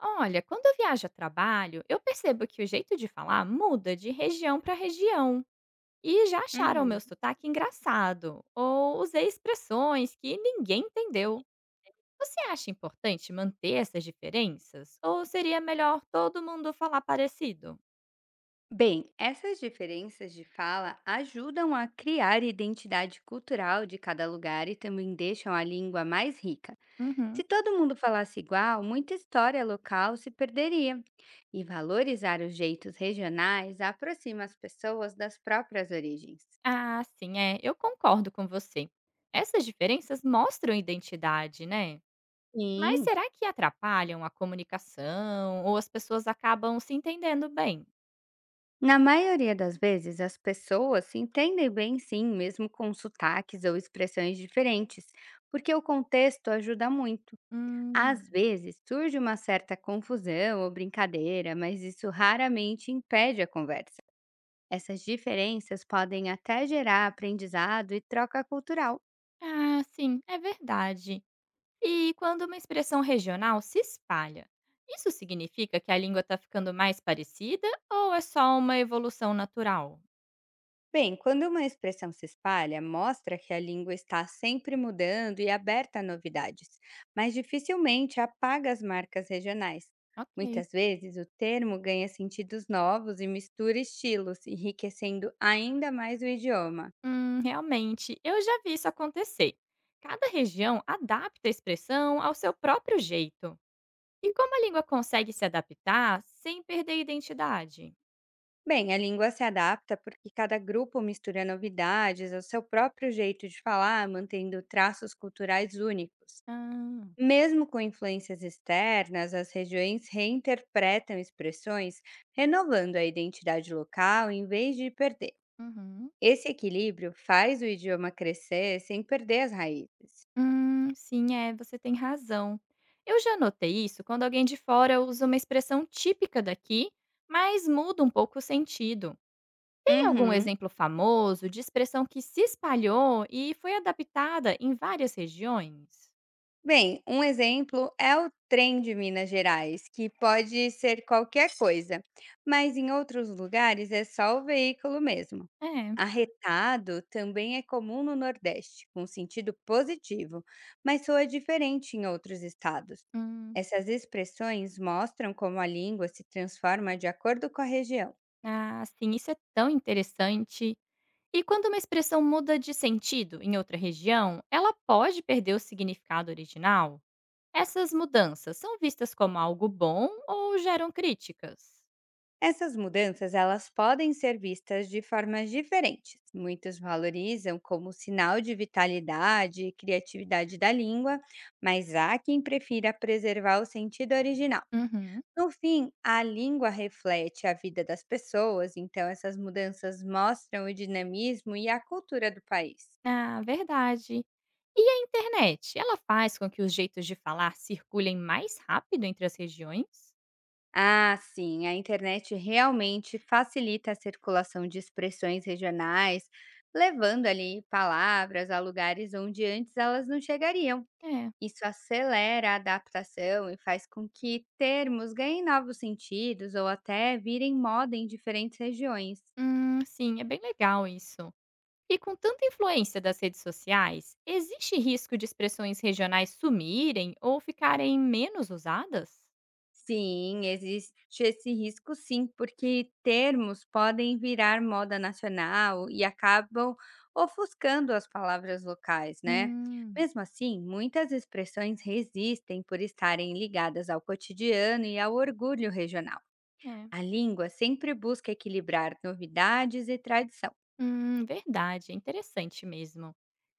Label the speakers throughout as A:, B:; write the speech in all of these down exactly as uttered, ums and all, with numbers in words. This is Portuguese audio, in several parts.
A: Olha, quando eu viajo a trabalho, eu percebo que o jeito de falar muda de região para região. E já acharam meu
B: Uhum.
A: sotaque engraçado, ou usei expressões que ninguém entendeu. Você acha importante manter essas diferenças? Ou seria melhor todo mundo falar parecido?
B: Bem, essas diferenças de fala ajudam a criar identidade cultural de cada lugar e também deixam a língua mais rica. Se
A: Uhum.
B: todo mundo falasse igual, muita história local se perderia. E valorizar os jeitos regionais aproxima as pessoas das próprias origens.
A: Ah, sim, é, eu concordo com você. Essas diferenças mostram identidade, né? Mas
B: Sim,
A: será que atrapalham a comunicação ou as pessoas acabam se entendendo bem?
B: na maioria das vezes as pessoas se entendem bem, sim, mesmo com sotaques ou expressões diferentes, porque o contexto ajuda muito. Às
A: Hum.
B: vezes surge uma certa confusão ou brincadeira, mas isso raramente impede a conversa. Essas diferenças podem até gerar aprendizado e troca cultural.
A: Ah, sim, é verdade. E quando uma expressão regional se espalha, isso significa que a língua está ficando mais parecida ou é só uma evolução natural?
B: Bem, quando uma expressão se espalha, mostra que a língua está sempre mudando e aberta a novidades, mas dificilmente apaga as marcas regionais.
A: Ok.
B: Muitas vezes o termo ganha sentidos novos e mistura estilos, enriquecendo ainda mais o idioma.
A: Hum, realmente, eu já vi isso acontecer. Cada região adapta a expressão ao seu próprio jeito. E como a língua consegue se adaptar sem perder a identidade?
B: Bem, a língua se adapta porque cada grupo mistura novidades ao seu próprio jeito de falar, mantendo traços culturais únicos.
A: Ah,
B: Mesmo com influências externas, as regiões reinterpretam expressões, renovando a identidade local em vez de perder.
A: uhum.
B: Esse equilíbrio faz o idioma crescer sem perder as raízes.
A: Hum, sim, é, você tem razão. Eu já notei isso quando alguém de fora usa uma expressão típica daqui, mas muda um pouco o sentido. Tem algum
B: Uhum.
A: exemplo famoso de expressão que se espalhou e foi adaptada em várias regiões?
B: Bem, um exemplo é o trem de Minas Gerais, que pode ser qualquer coisa, mas em outros lugares é só o veículo mesmo.
A: É.
B: Arretado também é comum no Nordeste, com sentido positivo, mas soa diferente em outros estados.
A: Hum.
B: Essas expressões mostram como a língua se transforma de acordo com a região.
A: Ah, sim, isso é tão interessante. E quando uma expressão muda de sentido em outra região, ela pode perder o significado original? Essas mudanças são vistas como algo bom ou geram críticas?
B: Essas mudanças, elas podem ser vistas de formas diferentes. Muitos valorizam como sinal de vitalidade e criatividade da língua, mas há quem prefira preservar o sentido original.
A: Uhum.
B: No fim, a língua reflete a vida das pessoas, então essas mudanças mostram o dinamismo e a cultura do país.
A: Ah, verdade. E a internet? Ela faz com que os jeitos de falar circulem mais rápido entre as regiões?
B: Ah, sim, a internet realmente facilita a circulação de expressões regionais, levando ali palavras a lugares onde antes elas não chegariam.
A: É.
B: Isso acelera a adaptação e faz com que termos ganhem novos sentidos ou até virem moda em diferentes regiões.
A: Hum, sim, é bem legal isso. E com tanta influência das redes sociais, existe risco de expressões regionais sumirem ou ficarem menos usadas?
B: Sim, existe esse risco sim, porque termos podem virar moda nacional e acabam ofuscando as palavras locais, né?
A: Hum.
B: Mesmo assim, muitas expressões resistem por estarem ligadas ao cotidiano e ao orgulho regional.
A: É.
B: A língua sempre busca equilibrar novidades e tradição.
A: Hum, verdade, é interessante mesmo.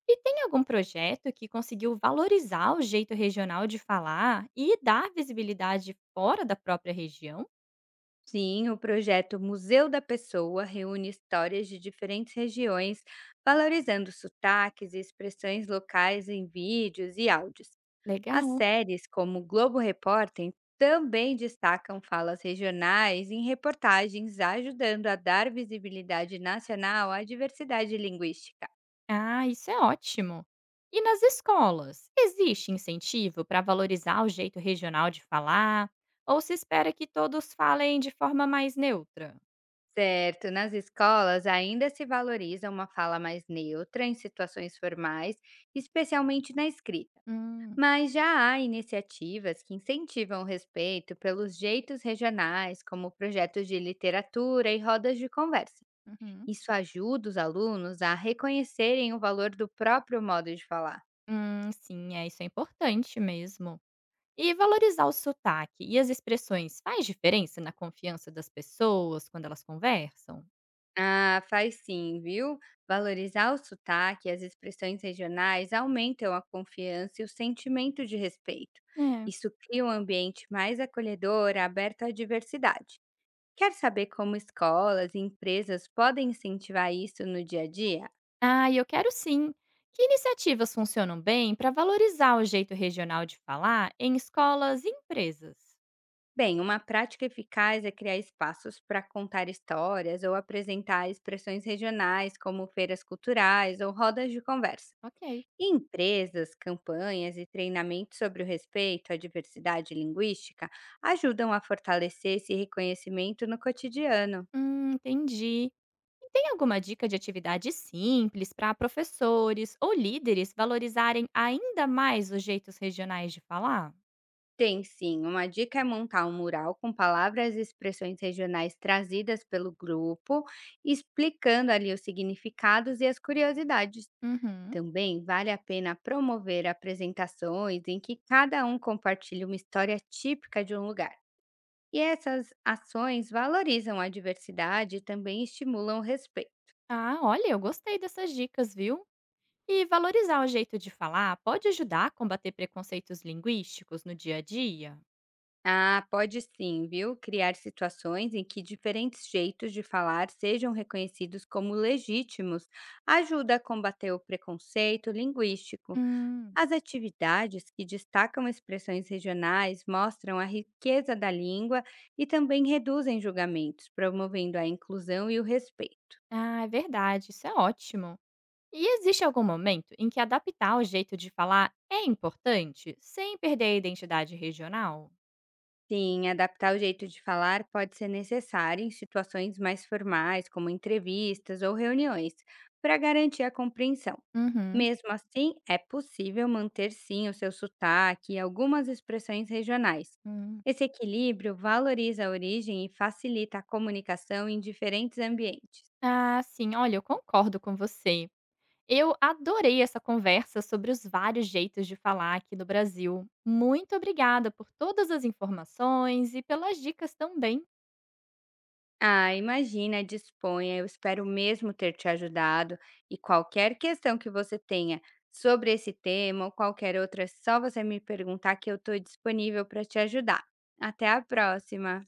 A: E tem algum projeto que conseguiu valorizar o jeito regional de falar e dar visibilidade fora da própria região?
B: Sim, o projeto Museu da Pessoa reúne histórias de diferentes regiões, valorizando sotaques e expressões locais em vídeos e áudios. As
A: Legal.
B: séries, como Globo Repórter, também destacam falas regionais em reportagens, ajudando a dar visibilidade nacional à diversidade linguística.
A: Ah, isso é ótimo. E nas escolas, existe incentivo para valorizar o jeito regional de falar? Ou se espera que todos falem de forma mais neutra?
B: Certo, nas escolas ainda se valoriza uma fala mais neutra em situações formais, especialmente na escrita.
A: Hum,
B: Mas já há iniciativas que incentivam o respeito pelos jeitos regionais, como projetos de literatura e rodas de conversa.
A: uhum.
B: Isso ajuda os alunos a reconhecerem o valor do próprio modo de falar.
A: Hum, sim, é, isso é importante mesmo. E valorizar o sotaque e as expressões faz diferença na confiança das pessoas quando elas conversam?
B: Ah, faz sim, viu? Valorizar o sotaque e as expressões regionais aumentam a confiança e o sentimento de respeito.
A: É.
B: Isso cria um ambiente mais acolhedor, aberto à diversidade. Quer saber como escolas e empresas podem incentivar isso no dia a dia?
A: Ah, e eu quero sim. Que iniciativas funcionam bem para valorizar o jeito regional de falar em escolas e empresas?
B: Bem, uma prática eficaz é criar espaços para contar histórias ou apresentar expressões regionais, como feiras culturais ou rodas de conversa.
A: Ok.
B: E empresas, campanhas e treinamentos sobre o respeito à diversidade linguística ajudam a fortalecer esse reconhecimento no cotidiano.
A: Hum, entendi. E tem alguma dica de atividade simples para professores ou líderes valorizarem ainda mais os jeitos regionais de falar?
B: Tem sim, uma dica é montar um mural com palavras e expressões regionais trazidas pelo grupo, explicando ali os significados e as curiosidades.
A: Uhum.
B: Também vale a pena promover apresentações em que cada um compartilha uma história típica de um lugar. E essas ações valorizam a diversidade e também estimulam o respeito.
A: Ah, olha, eu gostei dessas dicas, viu? E valorizar o jeito de falar pode ajudar a combater preconceitos linguísticos no dia a dia?
B: Ah, pode sim, viu? Criar situações em que diferentes jeitos de falar sejam reconhecidos como legítimos ajuda a combater o preconceito linguístico.
A: Hum.
B: As atividades que destacam expressões regionais mostram a riqueza da língua e também reduzem julgamentos, promovendo a inclusão e o respeito.
A: Ah, é verdade, isso é ótimo. E existe algum momento em que adaptar o jeito de falar é importante, sem perder a identidade regional?
B: Sim, adaptar o jeito de falar pode ser necessário em situações mais formais, como entrevistas ou reuniões, para garantir a compreensão.
A: Uhum,
B: Mesmo assim, é possível manter sim o seu sotaque e algumas expressões regionais.
A: hum.
B: Esse equilíbrio valoriza a origem e facilita a comunicação em diferentes ambientes.
A: Ah, sim, olha, eu concordo com você. Eu adorei essa conversa sobre os vários jeitos de falar aqui no Brasil. Muito obrigada por todas as informações e pelas dicas também.
B: Ah, imagina, disponha. Eu espero mesmo ter te ajudado. E qualquer questão que você tenha sobre esse tema ou qualquer outra, é só você me perguntar que eu estou disponível para te ajudar. Até a próxima!